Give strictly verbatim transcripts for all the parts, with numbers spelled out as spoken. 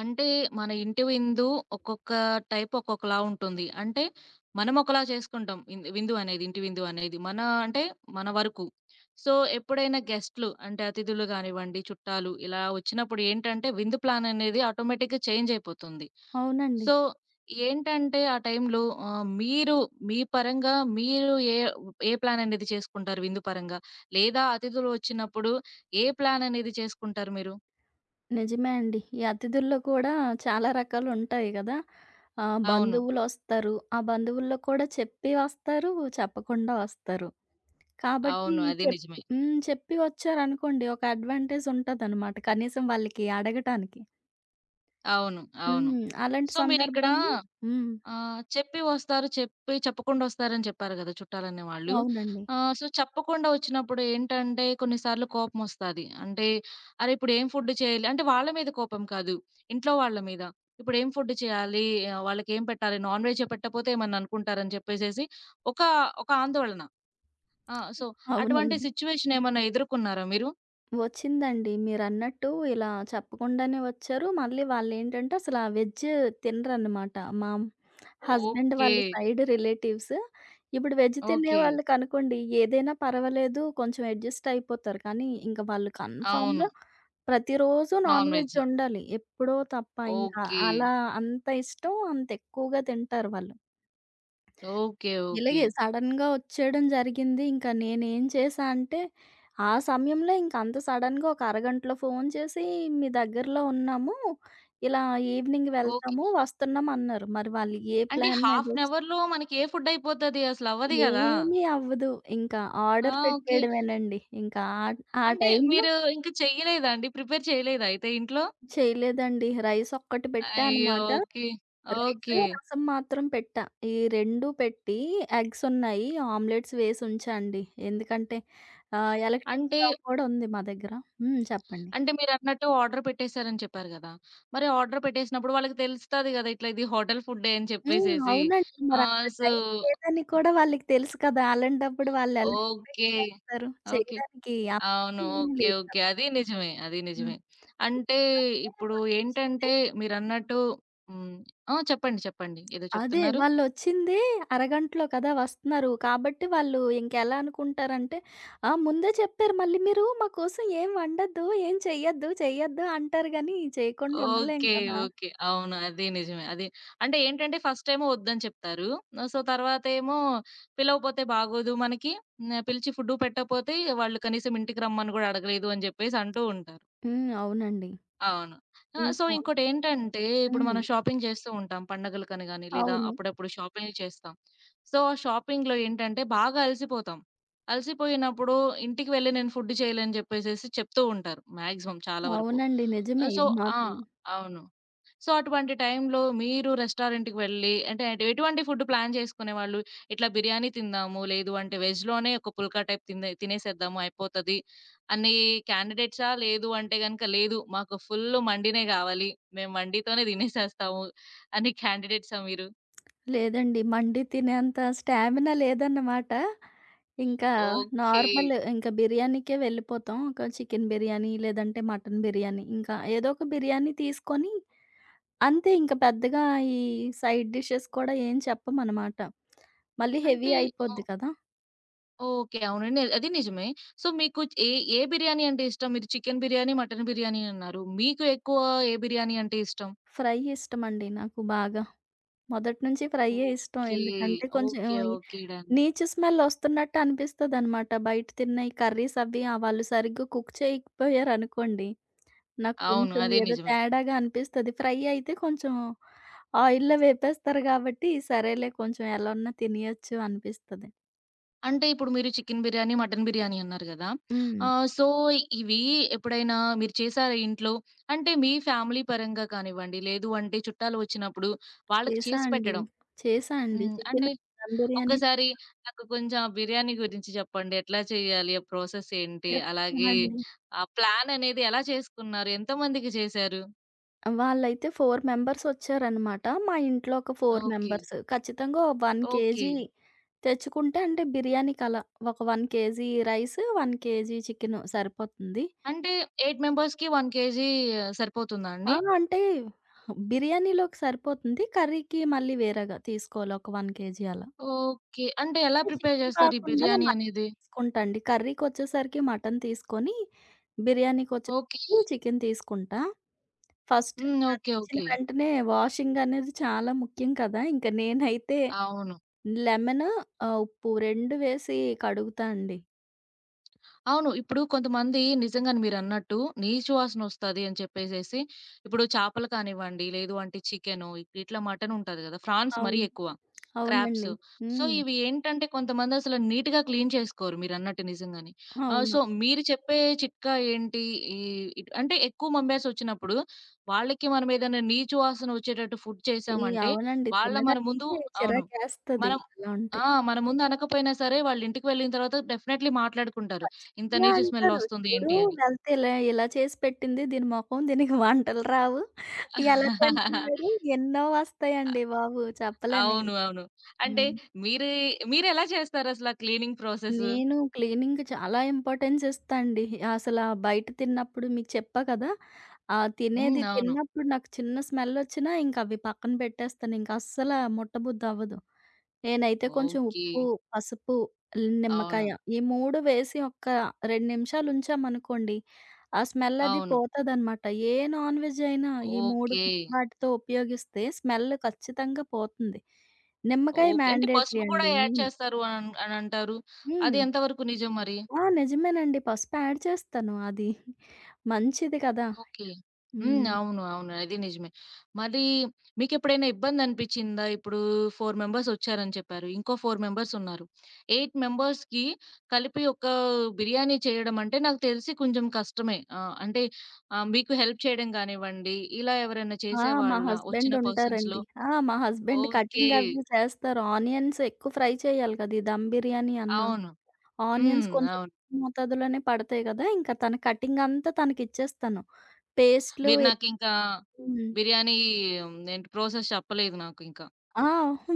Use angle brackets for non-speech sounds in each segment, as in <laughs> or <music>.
అంటే మన ఇంటి విందు ఒక్కొక్క టైప్ ఒక్కొక్కలా ఉంటుంది. అంటే మనం ఒకలా చేసుకుంటాం. ఇంద్ విందు అనేది, ఇంటి విందు అనేది. మన అంటే మన వరకు. సో, ఎప్పుడైనా గెస్ట్‌లు అంటే అతిథులు గానివ్వండి, చుట్టాలు ఇలా వచ్చినప్పుడు ఏంటంటే విందు ప్లాన్ అనేది ఆటోమేటిక్‌గా చేంజ్ అయిపోతుంది. అవునండి. సో, ఏంటంటే ఆ టైంలో ఆహ్, మీరు మీ పరంగా మీరు ఏ ఏ ప్లాన్ అనేది చేసుకుంటారు విందు పరంగా? లేదా అతిథులు వచ్చినప్పుడు ఏ ప్లాన్ అనేది చేసుకుంటారు మీరు? నిజమే అండి. ఈ అతిథుల్లో కూడా చాలా రకాలుంటాయి గదా! ఆహ్, అవును. బంధువులొస్తారు. ఆ బంధువుల్లో కూడా చెప్పి వస్తారు, చెప్పకుండా వస్తారు. కాబట్టి అవును. ఈ అది చెప్ నిజమే. హ్మ్. చెప్పి వచ్చారనుకోండి ఒక అడ్వాంటేజ్ ఉంటదనమాట. కనీసం వాళ్ళకి అడగటానికి. అవును. అవును. హ్మ్. అలాంటి సో, మీరిక్కడ సందర్భాలు హ్మ్. ఆహ్, చెప్పి వస్తారు, చెప్పి చెప్పకుండా వస్తారని చెప్పారు గదా! చుట్టాలనే వాళ్ళు. అవునండి. ఆహ్, సో, చెప్పకుండా వచ్చినప్పుడు ఏంటంటే కొన్నిసార్లు కోపమొస్తాది. అంటే, అరే! ఇప్పుడేం ఫుడ్ చేయాలి అంటే వాళ్ళ మీద కోపం కాదు, ఇంట్లో వాళ్ళ మీద. ఇప్పుడేం ఫుడ్ చేయాలి? ఆహ్, వాళ్ళకేం పెట్టాలి? నాన్ వెజే పెట్టకపోతే ఏమన్నా అనుకుంటారని చెప్పేసేసి ఒక, ఒక ఆందోళన. ఆ! సో, అటువంటి అవునండి. సిట్యుయేషన్ ఏమన్నా ఎదుర్కొన్నారా మీరు? వచ్చిందండి. మీరన్నట్టు ఇలా చెప్పకుండానే వచ్చారు. మళ్ళీ వాళ్ళేంటంటే అసల వెజ్ తినరనమాట. మా హస్బెండ్ ఓకే. వాళ్ళ సైడ్ రిలేటివ్స్. ఇప్పుడు వెజ్ ఓకే. తినేవాళ్ళకనుకోండి ఏదైనా పర్వాలేదు కొంచెం అడ్జస్ట్ అయిపోతారు. కానీ ఇంక వాళ్ళు అవును. కన్ఫర్మ్‌గా ప్రతిరోజు నాన్ నాన్‌వెజ్ వెజ్. ఉండాలి. ఎప్పుడో తప్ప ఇంకా ఓకే. అలా అంత ఇష్టం అంత ఎక్కువగా తింటారు వాళ్ళు. ఓకే. ఓకే. ఇలాగే సడెన్‌గా వచ్చేయడం జరిగింది. ఇంకా నేనేం చేశా అంటే ఆ సమయంలో ఇంక అంత సడెన్‌గా ఒక అరగంటలో ఫోను చేసి "మీ దగ్గరలో ఉన్నాము. ఇలా ఈవినింగ్ ఓకే. వెళ్తాము, వస్తున్నాం" అన్నారు. మరి వాళ్ళు ఏ అంటే ప్లాన్ మీద హాఫ్ అన్ అవర్‌లో మనకి ఏ ఫుడ్ అయిపోతది అసలు అవ్వదు గదా! ఏమీ అవ్వదు. ఇంకా ఆ! Order okay. పెట్టేయడమేనండి. ఇంకా ఆ ఆ అంటే టైంలో మీరు ఇంక చెయ్యలేదా అండి? ప్రిపేర్ చేయలేదా అయితే ఇంట్లో? చేయలేదండి. రైస్ ఒక్కటి పెట్టా అయ్యో! అనమాట. ఓకే. Rice, okay. రసం మాత్రం పెట్టా. ఈ రెండు పెట్టి ఎగ్స్ ఉన్నాయి. ఆమ్లెట్స్ వేసి ఉంచా అండి. ఎందుకంటే ఆహ్, ఎలక్ట్రిక్ అంటే, స్టవ్ కూడా ఉంది మా దగ్గర. హ్మ్. చెప్పండి. అంటే మీరన్నట్టు ఆర్డర్ పెట్టేసారని చెప్పారు గదా! మరి ఆర్డర్ పెట్టేసినప్పుడు వాళ్ళకి తెలుస్తది గదా! ఇట్లా ఇది హోటల్ ఫుడ్డే అని హ్మ్. చెప్పేసేసి. అవునండి. ఆ! మరక్కడ సో. టైం లేదని కూడా వాళ్ళకి తెలుసు కదా! అలాంటప్పుడు వాళ్ళు ఎలా ఎక్స్‌పెక్ట్ ఓకే. చేస్తారు? ఓకే. చేయడానికి అవును. Option okay. లేదు. ఓకే. అది నిజమే. అది నిజమే. హ్మ్. అంటే అంటే ఇప్పుడు వచ్చింది ఏంటంటే మీరన్నట్టు హ్మ్. ఆ! చెప్పండి. చెప్పండి. ఏదో అదే. చెప్తున్నారు? వాళ్ళొచ్చిందే అరగంటలో కదా వస్తున్నారు. కాబట్టి వాళ్ళు ఇంకెలా అనుకుంటారంటే, ఆ! ముందే చెప్పారు మళ్ళీ మీరు మా కోసం ఏం వండొద్దు, ఏం చెయ్యొద్దు, చెయ్యొద్దు అంటారు గానీ చేయకుండా ఉండలేం ఓకే. కదా! ఓకే. అవును. అది నిజమే. అది అంటే ఏంటంటే ఫస్ట్ ఏమో వద్దని చెప్తారు. సో, తర్వాతేమో పిలవపోతే బాగోదు మనకి. హ్మ్. పిలిచి ఫుడ్డు పెట్టకపోతే వాళ్ళు కనీసం ఇంటికి రమ్మని గూడా అడగలేదు అని జెప్పేసి అంటూ ఉంటారు. హ్మ్. అవునండి. అవును. ఆ! సో, ఇంకా ఇంకోటేంటంటే, ఇప్పుడు హ్మ్. మనం షాపింగ్ చేస్తూ ఉంటాం. పండగలకని గాని, లేదా అవును. అప్పుడప్పుడు షాపింగ్‌లు చేస్తాం. సో, ఆ షాపింగ్‌లో ఏంటంటే, బాగా అలసిపోతాం. అలసిపోయినప్పుడు ఇంటికి వెళ్లి నేను ఫుడ్ చేయలేని చెప్పేసేసి చెప్తూ ఉంటారు. మాక్సిమం చాలా వరకు. అవునండి. ఆ, నిజమే సో. ఇది ఆ! మాత్రం. అవును. సో, అటువంటి టైంలో మీరు రెస్టారెంట్‌కి వెళ్ళి అంటే ఎటు ఎటువంటి ఫుడ్ ప్లాన్ చేసుకునేవాళ్ళు? ఇట్లా బిర్యానీ తిందాము, లేదు అంటే వెజ్‌లోనే ఒక పుల్కా టైప్ తిందే తినేసేద్దాము అయిపోతది అనే క్యాండిడేట్సా? లేదు అంటే గనుక లేదు మాకు ఫుల్ మండినే గావాలి. మేము మండితోనే తినేసేస్తాము అని క్యాండిడేట్సా మీరు? లేదండి. మండి తినేంత స్టామినా లేదన్నమాట. ఇంకా ఓకే. నార్మల్ ఇంకా బిర్యానీకే వెళ్ళిపోతాం. ఒక చికెన్ బిర్యానీ లేదంటే మటన్ బిర్యానీ. ఇంకా ఏదో ఒక బిర్యానీ తీసుకొని అంతే ఇంక పెద్దగా ఈ సైడ్ డిషెస్ కూడా ఏం చెప్పమనమాట. మళ్ళీ హెవీ అంటే అయిపోద్ది ఆహ్, కదా! ఓకే. అవునండి. అది నిజమే. సో, మీకు ఏ ఏ బిర్యానీ అంటే ఇష్టం? మీరు చికెన్ బిర్యానీ, మటన్ బిర్యానీ అన్నారు. మీకు ఎక్కువ ఏ బిర్యానీ అంటే ఇష్టం? ఫ్రై ఇష్టమండి నాకు బాగా. మొదటి నుంచి ఫ్రైయే ఇష్టం. ఓకే. ఎందుకంటే కొంచెం ఓకే. ఈ ఓకే. డన్. నీచు స్మెల్ వస్తున్నట్టు అనిపిస్తదనమాట. బయట తిన్న ఈ కర్రీస్ అవి ఆహ్, వాళ్ళు సరిగ్గా కుక్ చేయకపోయారనుకోండి, నాకు అవును. కొంచెం అదే ఏదో నిజమే. తేడాగా అనిపిస్తది. ఫ్రై అయితే కొంచెం ఆయిల్‌లో వేపేస్తారు కాబట్టి, సరేలే కొంచెం ఎలానో తినేయొచ్చు అనిపిస్తది. అంటే ఇప్పుడు మీరు చికెన్ బిర్యానీ, మటన్ బిర్యానీ అన్నారు గదా! హ్మ్. ఆహ్, సో, ఇవి ఎప్పుడైనా మీరు చేసారా ఇంట్లో? అంటే మీ ఫ్యామిలీ పరంగా కానివ్వండి, లేదు అంటే చుట్టాలు వచ్చినప్పుడు వాళ్ళకి చేశా చేసి అండి. పెట్టడం. చేశా అండి. హ్మ్. చికెన్ అంటే దమ్ బిర్యానీ ఒక్కసారి నాకు కొంచెం ఆ బిర్యానీ గురించి చెప్పండి. ఎట్లా చేయాలి? ఆ ప్రాసెస్ ఏంటి? చెప్తాను అలాగే అండి. ఆ ప్లాన్ అనేది ఎలా చేసుకున్నారు? ఎంతమందికి చేశారు? వాళ్ళైతే నలుగురు మెంబర్స్ వచ్చారనమాట. మా ఇంట్లో ఒక నలుగురు ఓకే. మెంబర్స్. ఖచ్చితంగా ఒక ఓకే. కేజీ తెచ్చుకుంటే అంటే బిర్యానీకలా ఒక 1 కేజీ రైస్, ఒక కేజీ చికెను సరిపోతుంది. అంటే ఎనిమిది మెంబర్స్‌కి ఒక కేజీ సరిపోతుందా అండి? ఆ! అంటే బిర్యానీలోకి సరిపోతుంది. కర్రీకి మళ్ళీ వేరేగా తీసుకోవాలి ఒక 1 కేజీ అలా. ఓకే. అంటే ఎలా అంటే ప్రిపేర్ చికెన్ చేస్తారు ఈ కాకుండా బిర్యానీ మటన్ అనేది? తీసుకుంటా అండి. కర్రీకొచ్చేసరికి మటన్ తీసుకొని, ఓకే. బిర్యానీకొచ్చేసరికి చికెన్ తీసుకుంటా. ఫస్ట్ హ్మ్. ఇంకా ఓకే. తెచ్చిన ఓకే. వెంటనే వాషింగ్ అనేది చాలా ముఖ్యం కదా! ఇంక నేనైతే అవును. లెమన్, ఆహ్, ఉప్పు రెండు వేసి కడుగుతా అండి. అవును. ఇప్పుడు కొంతమంది నిజంగానే మీరన్నట్టు నీచు వాసనొస్తది అని చెప్పేసేసి, ఇప్పుడు చేపలు కానివ్వండి, లేదు అంటే చికెను, ఇట్లా మటనుంటది గదా! ఫ్రాన్స్ మరీ అవును. ఎక్కువ. క్రాబ్స్. అవునండి. సో, హ్మ్. ఇవి ఏంటంటే కొంతమందసలు నీట్‌గా క్లీన్ చేసుకోరు మీరన్నట్టు నిజంగానే. ఆహ్, సో, అవును. మీరు చెప్పే చిట్కా ఏంటి? ఈ ఇట్ అంటే ఎక్కువ మెంబర్సొచ్చినప్పుడు వాళ్ళకి మనమేదైనా నీచు వాసన ఒచ్చేటట్టు ఫుడ్ ఈ చేశామంటే, అవునండి. వాళ్ళ మన ముందు. తినడానికి అవును. మన చిరాకేస్తది అలా ఉంటే. ఆ! మన ముందు అనకపోయినా సరే వాళ్ళింటికి వెళ్ళిన తర్వాత డెఫినైట్‌లీ మాట్లాడుకుంటారు. ఇంత ఖచ్చితంగా నీచు స్మెల్ అంటారు. వస్తుంది "చూడు ఏంటి అని. వెళ్తే ఇలా ఇలా చేసి పెట్టింది దీని మొఖం దీనికి వంటలు రావు. ఎలా తింటున్నాడు." ఎన్నో వస్తాయండి బాబు చెప్పలేమింక. అవును. అవును. అంటే హ్మ్. మీరే మీరెలా చేస్తారసల క్లీనింగ్ ప్రాసెసు? నేను క్లీనింగ్‌కి చాలా ఇంపార్టెన్స్ ఇస్తా అండి. అసల బయట తిన్నప్పుడు మీకు చెప్పా కదా! ఆ తినేది హ్మ్. అవును. తిన్నప్పుడు నాకు చిన్న స్మెల్లొచ్చినా ఇంక అవి పక్కన పెట్టేస్తాను. ఇంక అస్సల ముట్టబుద్దవ్వదు. నేనైతే కొంచెం ఓకే. ఉప్పు, పసుపు, అవును. నిమ్మకాయ ఈ మూడు వేసి ఒక్క రెండు నిమిషాలు ఉంచామనుకోండి, ఆ స్మెల్ అది అవును. పోతదనమాట. ఏ నాన్ వెజ్ అయినా ఈ మూడు ఓకే. వాటితో ఉపయోగిస్తే స్మెల్ ఖచ్చితంగా పోతుంది. నిమ్మకాయ ఓకే. అంటే మ్యాండేటరీ పసుపు కూడా అండి. యాడ్ హ్మ్. చేస్తారు అన్ అనంటారు. అది హ్మ్. ఎంతవరకు నిజం మరి? ఆ! నిజమేనండి. పసుపు యాడ్ చేస్తాను. అది మంచిది కదా! ఓకే. హ్మ్. హ్మ్. అవును. అవును. అది నిజమే. మరి మీకెప్పుడైనా ఇబ్బందనిపిచ్చిందా? ఇప్పుడు నలుగురు మెంబర్స్ వచ్చారని చెప్పారు. ఇంకో నలుగురు మెంబర్స్ ఉన్నారు. ఎనిమిది మెంబర్స్‌కి కలిపి ఒక బిర్యానీ చేయడం అంటే నాకు తెలిసి కొంచెం కష్టమే. ఆహ్, అంటే ఆహ్, మీకు హెల్ప్ చేయడం గానివ్వండి, ఇలా ఎవరైనా ఆ! మా చేసేవాళ్ళా వచ్చిన హస్బెండ్ పర్సన్స్‌లో? ఉంటారండి. ఆ! మా హస్బెండ్ ఓకే. కటింగ్ అవి చేస్తారు. ఆనియన్స్ ఎక్కువ ఫ్రై చేయాలి కదా! ఈ దమ్ బిర్యానీ అన్నా. అవును. ఆనియన్స్ హ్మ్. కొంచెం అవును. ఎక్కువ మోతాదులోనే పడతాయి కదా! ఇంకా తన కటింగ్ అంతా తనకిచ్చేస్తాను. పేస్టులు మీరు నాకింకా హ్మ్. బిర్యానీ హ్మ్, ఏంటి ప్రాసెస్ చెప్పలేదు నాకింక. ఆ!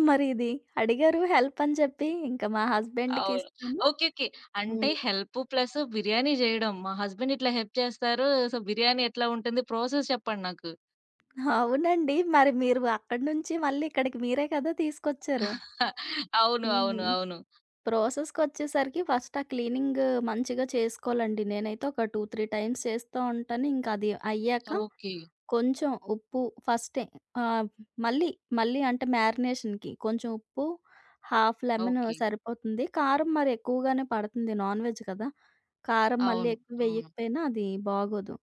మరి ఇది అడిగారు హెల్ప్ అని చెప్పి ఇంకా మా హస్బెండ్‌కి అవును. ఇస్తాను. ఓకే. ఓకే. అంటే హ్మ్. హెల్ప్ ప్లస్ బిర్యానీ జేయడం. మా హస్బెండ్ ఇట్లా హెల్ప్ చేస్తారు. సో, బిర్యానీ ఎట్లా ఉంటుంది? ప్రాసెస్ చెప్పండి నాకు. అవునండి. మరి మీరు అక్కడి నుంచి మళ్ళీ ఇక్కడికి మీరే కదా తీసుకొచ్చారు. <laughs> అవును. హ్మ్. అవును. అవును. ప్రాసెస్‌కొచ్చేసరికి ఫస్ట్ ఆ క్లీనింగ్ మంచిగా చేసుకోవాలండి. నేనైతే ఒక రెండు, మూడు టైమ్స్ చేస్తా ఉంటాను. ఇంక అది అయ్యాక ఓకే. కొంచెం ఉప్పు ఫస్టే ఆహ్, మళ్ళీ, మళ్ళీ అంటే మ్యారినేషన్‌కి కొంచెం ఉప్పు, హాఫ్ లెమన్ ఓకే. సరిపోతుంది. కారం మరి ఎక్కువగానే పడుతుంది నాన్ వెజ్ కదా! కారం మళ్ళీ అవును. ఎక్కువ అవును. వేయకపోయినా అది బాగోదు.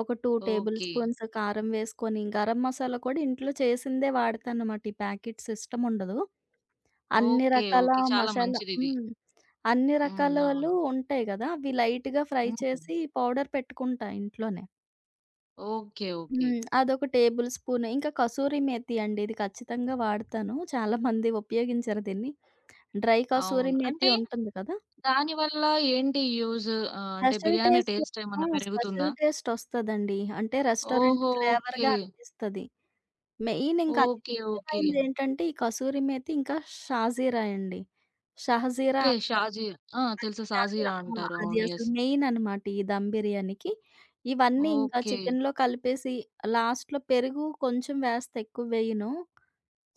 ఒక రెండు టేబుల్ ఓకే. స్పూన్స్ కారం వేసుకొని, గరం మసాలా కూడా ఇంట్లో చేసిందే వాడతానన్నమాట. ఈ ప్యాకెట్స్ ఇష్టముండదు. అన్ని ఓకే. రకాల ఓకే. చాలా మసాలా మంచిదిది. హ్మ్. అన్ని రకాల హ్మ్. అవును. వాళ్ళు ఉంటాయి గదా! అవి లైట్‌గా ఫ్రై హ్మ్. చేసి పౌడర్ పెట్టుకుంటా ఇంట్లోనే. ఓకే. ఓకే. హ్మ్. అదొక టేబుల్ స్పూన్. ఇంకా కసూరి మేతి అండి. ఇది ఖచ్చితంగా వాడతాను. చాలా మంది ఉపయోగించరు దీన్ని. డ్రై కసూరి అవును. మేతి అంటే ఉంటుంది కదా! దానివల్ల ఏంటి యూజ్? ఆహ్, అంటే స్పెషల్ బిర్యానీ టేస్ట్ టేస్ట్ ఆ! ఏమన్నా పెరుగుతుందా? స్పెషల్ టేస్ట్ ఒస్తదండి. అంటే రెస్టారెంట్ ఓహో! ఓకే. ఫ్లేవర్‌గా అనిపిస్తది. మెయిన్ ఇంకా అతి ఓకే. ఓకే. ముఖ్యమైనదేంటంటే ఈ కసూరి మేతి ఇంకా షాజీరా అండి. షహజీరా ఓకే. షాజీరా. ఆ! అది తెలుసు. చాలా సాజీరా ఆ! అంటారు. అది అవును. అసలు యెస్. మెయిన్ అన్నమాట ఈ దమ్ బిర్యానీకి. ఇవన్నీ ఇంకా ఓకే. చికెన్‌లో కలిపేసి లాస్ట్‌లో పెరుగు కొంచెం వేస్తా ఎక్కువ వేయను.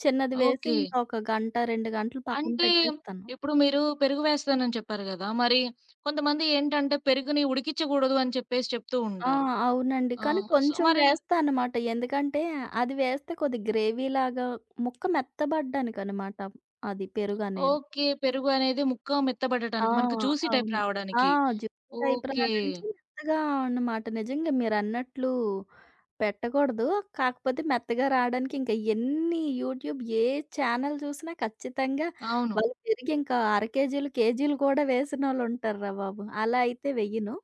చిన్నది వేసి ఓకే. ఇంకా ఒక గంట, రెండు గంటలు పక్కన అంటే పెట్టేస్తాను. ఇప్పుడు మీరు పెరుగు వేస్తానని చెప్పారు గదా! మరి కొంతమంది ఏంటంటే పెరుగుని ఉడికిచ్చకూడదు అని చెప్పేసి చెప్తూ ఆ! ఉంటారు. అవునండి. కానీ ఆహ్, సో, కొంచెం మరి వేస్తా అన్నమాట. ఎందుకంటే అది వేస్తే కొద్దిగా గ్రేవీలాగా ముక్క మెత్తబడ్డానికనమాట అది పెరుగనేది. ఓకే. పెరుగు అనేది ముక్క ఆ! మెత్తబడటానికి మనకు జ్యూసీ టైప్ అవును. ఆ! రావడానికి. జుట్టు టైప్ ఓకే. రావడానికి మెత్తగా అన్నమాట. నిజంగా మీరన్నట్లు పెట్టకూడదు. కాకపోతే మెత్తగా రావడానికి ఇంకా ఎన్ని యూట్యూబ్ ఏ ఛానల్ చూసినా ఖచ్చితంగా అవును. వాళ్ళు పెరిగి ఇంకా అర కేజీలు, కేజీలు కూడా వేసినోళ్ళుంటారురా బాబు! అలా అయితే వెయ్యను.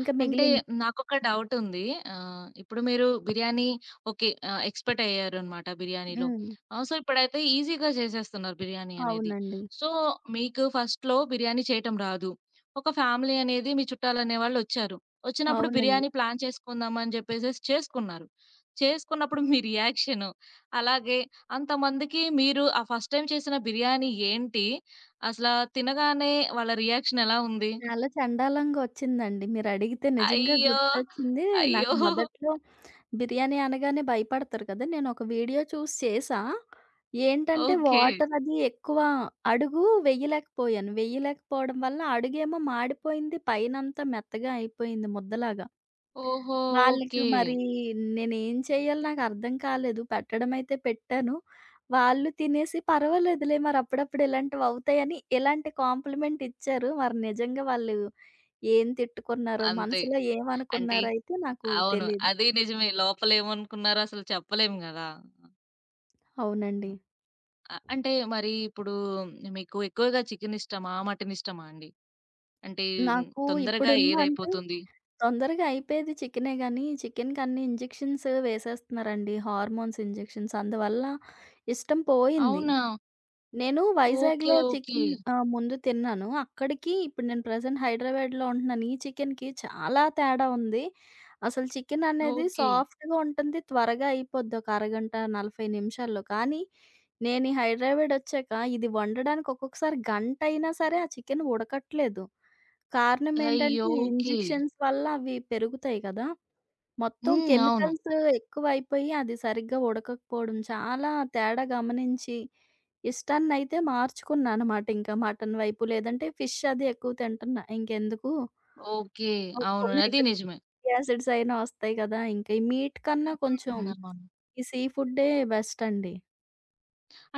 ఇంకా అంటే మిగిలింది నాకొక డౌటుంది. ఆహ్, ఇప్పుడు మీరు బిర్యానీ ఓకే. ఆహ్, ఎక్స్‌పర్ట్ అయ్యారనమాట బిర్యానీలో. హ్మ్. ఆహ్, సో, ఇప్పుడైతే ఈజీగా చేసేస్తున్నారు బిర్యానీ అనేది. అవునండి. సో, మీకు ఫస్ట్‌లో బిర్యానీ చేయటం రాదు. ఒక ఫ్యామిలీ అనేది మీ చుట్టాలనేవాళ్ళొచ్చారు. వచ్చినప్పుడు అవునండి. బిర్యానీ ప్లాన్ చేసుకుందామని జెప్పేసేసి చేసుకున్నారు. చేసుకున్నప్పుడు మీ రియాక్షను, అలాగే అంతమందికి మీరు ఆ ఫస్ట్ టైమ్ చేసిన బిర్యానీ ఏంటి? అసలా తినగానే వాళ్ళ రియాక్షనెలా ఉంది? చాలా చండాలంగొచ్చిందండి. మీరడిగితే నిజంగా అయ్యో! గుర్తొచ్చింది. నాకు అయ్యో! మొదట్లో బిర్యానీ అనగానే భయపడతారు కదా! నేనొక వీడియో చూసి చేశా. ఏంటంటే ఓకే. వాటర్ అది ఎక్కువ అడుగు వెయ్యలేకపోయాను. వెయ్యలేకపోవడం వల్ల అడుగేమో మాడిపోయింది. పైనంతా మెత్తగా అయిపోయింది ముద్దలాగా. ఓహో! ఓకే. వాళ్ళకి మరి నేనేం చేయాలో నాకర్థం కాలేదు. పెట్టడమైతే పెట్టాను. వాళ్ళు తినేసి పర్వాలేదులే మరప్పుడప్పుడు ఇలాంటివవుతాయని ఇలాంటి కాంప్లిమెంట్ ఇచ్చారు. మరి నిజంగా వాళ్ళు ఏం తిట్టుకున్నారో, అంతే. మనసులో అంటే ఏమనుకున్నారైతే నాకు అవును. తెలీదు. అది నిజమే. లోపలేమనుకున్నారో అసలు చెప్పలేము గదా! అవునండి. అ అంటే మరి ఇప్పుడు మీకు ఎక్కువగా చికెన్ ఇష్టమా? మటన్ ఇష్టమా అండి? అంటే నాకు తొందరగా ఇప్పుడున్న అంటే ఏదైపోతుంది? తొందరగా అయిపోయేది చికెనే గానీ, చికెన్‌కన్ని ఇంజెక్షన్స్ వేసేస్తున్నారండి. హార్మోన్స్ ఇంజెక్షన్స్ అందువల్ల ఇష్టం పోయింది. అవునా? నేను ఓకే. వైజాగ్‌లో ఓకే. చికెన్ ఆహ్, ముందు తిన్నాను. అక్కడికి ఇప్పుడు నేను ప్రెజెంట్ హైదరాబాద్‌లో ఉంటున్నాను. ఈ చికెన్‌కి చాలా తేడా ఉంది. అసలు చికెన్ అనేది ఓకే. సాఫ్ట్‌గా ఉంటుంది. త్వరగా అయిపోద్ది. ఒక అరగంట, నలభై నిమిషాల్లో. కానీ నేను ఈ హైదరాబాద్ వచ్చాక ఇది వండడానికి ఒక్కొక్కసారి గంట అయినా సరే ఆ చికెన్ ఉడకట్లేదు. కారణం ఏంటంటే అయ్యో! ఈ ఓకే. ఇంజెక్షన్స్ వల్ల అవి పెరుగుతాయి కదా! మొత్తం హ్మ్. అవును. కెమికల్స్ ఎక్కువైపోయి అది సరిగ్గా ఉడకకపోవడం చాలా తేడా గమనించి ఇష్టాన్నయితే మార్చుకున్నానమాట ఇంకా మటన్ వైపు. లేదంటే ఫిష్ అది ఎక్కువ తింటున్నా. ఇంకెందుకు ఓకే. అవును. అది ఒమెగా త్రీ నిజమే. యాసిడ్స్ అయినా వస్తాయి గదా! ఇంకా ఈ మీట్ కన్నా కొంచెం హ్మ్. అవును. ఈ సీ ఫుడ్డే బెస్ట్ అండి.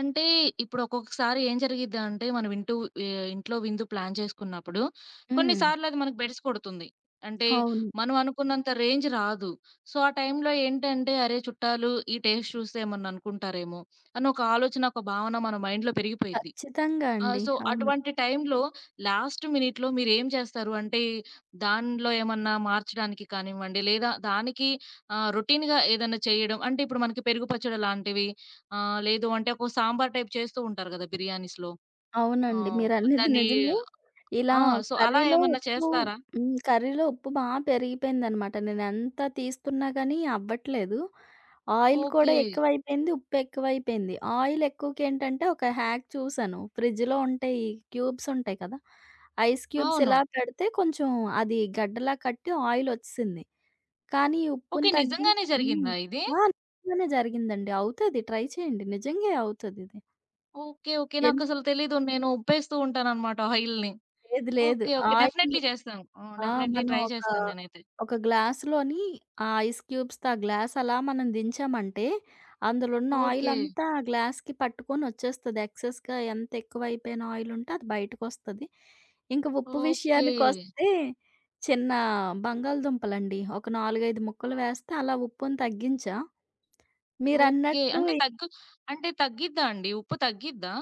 అంటే ఇప్పుడు ఒక్కొక్కసారి ఏం జరిగిద్ది అంటే మనం ఇంటూ ఆహ్, ఇంట్లో విందు ప్లాన్ చేసుకున్నప్పుడు హ్మ్. కొన్నిసార్లు అది మనకు బెడిసి కొడుతుంది. అంటే అవును. మనం అనుకున్నంత రేంజ్ రాదు. సో, ఆ టైంలో ఏంటంటే అరే! చుట్టాలు ఈ టేస్ట్ చూసి ఏమన్నా అనుకుంటారేమో అని ఒక ఆలోచన, ఒక భావన మన మైండ్‌లో పెరిగిపోయిద్ది. ఖచ్చితంగా ఆ! అండి. సో, అవును. అటువంటి టైంలో లాస్ట్ మినిట్‌లో మీరేం చేస్తారు? అంటే దానిలో ఏమన్నా మార్చడానికి కానివ్వండి, లేదా దానికి ఆహ్, రొటీన్‌గా ఏదైనా చేయడం అంటే ఇప్పుడు మనకి పెరుగు పచ్చడి లాంటివి ఆహ్, లేదు అంటే ఒక సాంబార్ టైప్ చేస్తూ ఉంటారు కదా! బిర్యానీస్‌లో. అవునండి. ఆహ్, మీరనేది దాన్ని నిజమే. ఇలా ఆ! సో, అలా కర్రీలో ఏమన్నా ఉప్పు చేస్తారా? హ్మ్. కర్రీలో ఉప్పు బా పెరిగిపోయిందనమాట. నేనెంత తీస్తున్నా గానీ అవ్వట్లేదు. ఆయిల్ కూడా ఓకే. ఎక్కువైపోయింది, ఉప్పు ఎక్కువైపోయింది. ఆయిల్ ఎక్కువకేంటంటే ఒక హ్యాక్ చూసాను. ఫ్రిడ్జ్‌లో ఉంటే ఈ క్యూబ్స్ ఉంటాయి కదా! ఐస్ క్యూబ్స్ అవును. ఇలా పెడితే కొంచెం అది గడ్డలా కట్టి ఆయిలొచ్చేసింది. కానీ ఓకే. ఉప్పుని తగ్గిం నిజంగానే హ్మ్. జరిగిందా ఇది? ఆ! నిజంగానే జరిగిందండి. అవుతది. ట్రై చేయండి. నిజంగే అవుతదిది. ఓకే. ఓకే. ఎందుకు నాకసలు తెలీదు. నేను ఉప్పేస్తూ ఉంటానన్నమాట ఆయిల్‌ని. లేదు లేదు. ఓకే. ఓకే. ఆయిల్ డెఫినైట్‌లీ చేస్తాను. ఆ! ఆ! డెఫినైట్‌లీ మనం ట్రై ఒక, చేస్తాను నేనైతే. ఒక గ్లాస్‌లోని ఆ ఐస్ క్యూబ్స్‌తో ఆ గ్లాస్ అలా మనం దించామంటే, అందులో ఉన్న ఓకే. ఆయిలంతా ఆ గ్లాస్‌కి పట్టుకొని వచ్చేస్తది. ఎక్సెస్‌గా ఎంత ఎక్కువ అయిపోయిన ఆయిలుంటే అది బయటకొస్తది. ఇంక ఉప్పు ఓకే. విషయానికొస్తే, చిన్న బంగాళదుంపలండి. ఒక నాలుగు, ఐదు ముక్కలు వేస్తే అలా ఉప్పుని తగ్గించా. ఓకే. మీరన్నట్లు అంటే తగ్గు అంటే తగ్గిద్దా అండి? ఉప్పు తగ్గిద్దా?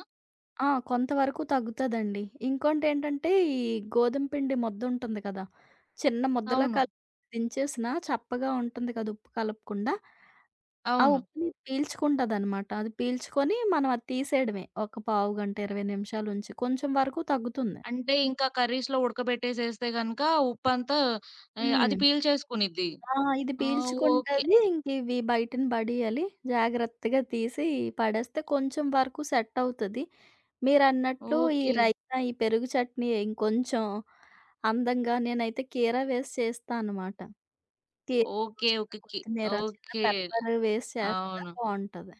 ఆ! కొంతవరకు తగ్గుతదండి. ఇంకోటేంటంటే, ఈ గోధుమ పిండి ముద్దుంటుంది కదా! చిన్న ముద్దలా అవును. కలిపి దించేసినా చప్పగా ఉంటుంది కదా! ఉప్పు కలపకుండా. ఆ అవును. ఉప్పుని పీల్చుకుంటదనమాట. అది పీల్చుకొని మనం అది తీసేయడమే. ఒక పావుగంట, ఇరవై నిమిషాలుంచి కొంచెం వరకు తగ్గుతుంది. అంటే ఇంకా కర్రీస్‌లో ఉడకబెట్టేసేస్తే గనక ఉప్పంతా ఆహ్, అది హ్మ్. పీల్ చేసుకునిద్ది. ఆ! ఇది ఆ! ఓకే. పీల్చుకుంటది. ఇంకివి బయటన పడేయాలి. జాగ్రత్తగా తీసి పడేస్తే కొంచెం వరకు సెట్ అవుతది. మీరన్నట్లు ఈ ఓకే. రైతా, ఈ పెరుగు చట్నీ ఇంకొంచెం అందంగా నేనైతే కీర వేసి చేస్తా అనమాట. కీర, ఓకే. చిన్న ఓకే. కి కొత్తిమీర, చిన్న ఓకే. పెప్పర్ వేసి చేస్తే అవును. బావుంటది.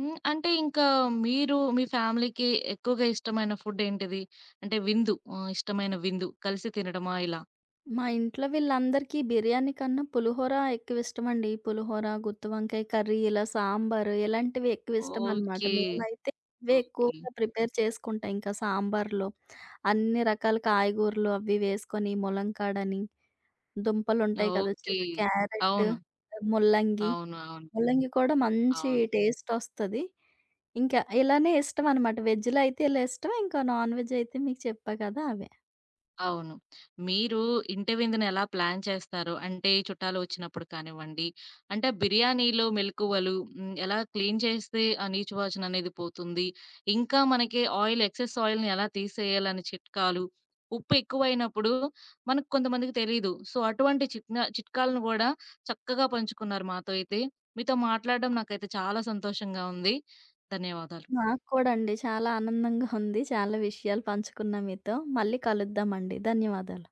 హ్మ్. అంటే ఇంకా మీరు మీ ఫ్యామిలీకి ఎక్కువగా ఇష్టమైన ఫుడ్ ఏంటిది? అంటే విందు ఆహ్, ఇష్టమైన విందు కలిసి తినడమా ఇలా? మా ఇంట్లో వీళ్ళందరికీ బిర్యానీ కన్నా పులిహోర ఎక్కువిష్టమండి. పులిహోర, గుత్తి వంకాయ కర్రీ, ఇలా సాంబారు ఇలాంటివి ఎక్కువిష్టమనమాట. ఓకే. మేమైతే ఇవే ఓకే. ఎక్కువగా ప్రిపేర్ చేసుకుంటా. ఇంకా సాంబార్‌లో అన్ని రకాల కాయగూరలు అవి వేసుకొని, ములంకాడని, దుంపలుంటాయి కదా! ఓకే. చిన్న క్యారెట్, అవును. ముల్లంగి. అవును. అవును. ముల్లంగి కూడా మంచి అవును. టేస్టొస్తది. ఇంకా ఇలానే ఇష్టమనమాట. వెజ్‌లో అయితే ఇలా ఇష్టం. ఇంకా నాన్ వెజ్ అయితే మీకు చెప్పా కదా! అవి. అవును. మీరు ఇంటి విందుని ఎలా ప్లాన్ చేస్తారు? అంటే ఈ చుట్టాలు వచ్చినప్పుడు కానివ్వండి, అంటే బిర్యానీలో మెళకువలు హ్మ్, ఎలా క్లీన్ చేస్తే ఆ నీచువాచన అనేది పోతుంది? ఇంకా మనకి ఆయిల్ ఎక్సెస్ ఆయిల్‌ని ఎలా తీసేయాలని చిట్కాలు, ఉప్పు ఎక్కువైనప్పుడు మనకు కొంతమందికి తెలీదు. సో, అటువంటి చిట్నా చిట్కాలను గూడా చక్కగా పంచుకున్నారు మాతో అయితే. మీతో మాట్లాడడం నాకైతే చాలా సంతోషంగా ఉంది. ధన్యవాదాలు. నాకు కూడా అండి. చాలా ఆనందంగా ఉంది. చాలా విషయాలు పంచుకున్నా మీతో. మళ్ళీ కలుద్దామండి. ధన్యవాదాలు.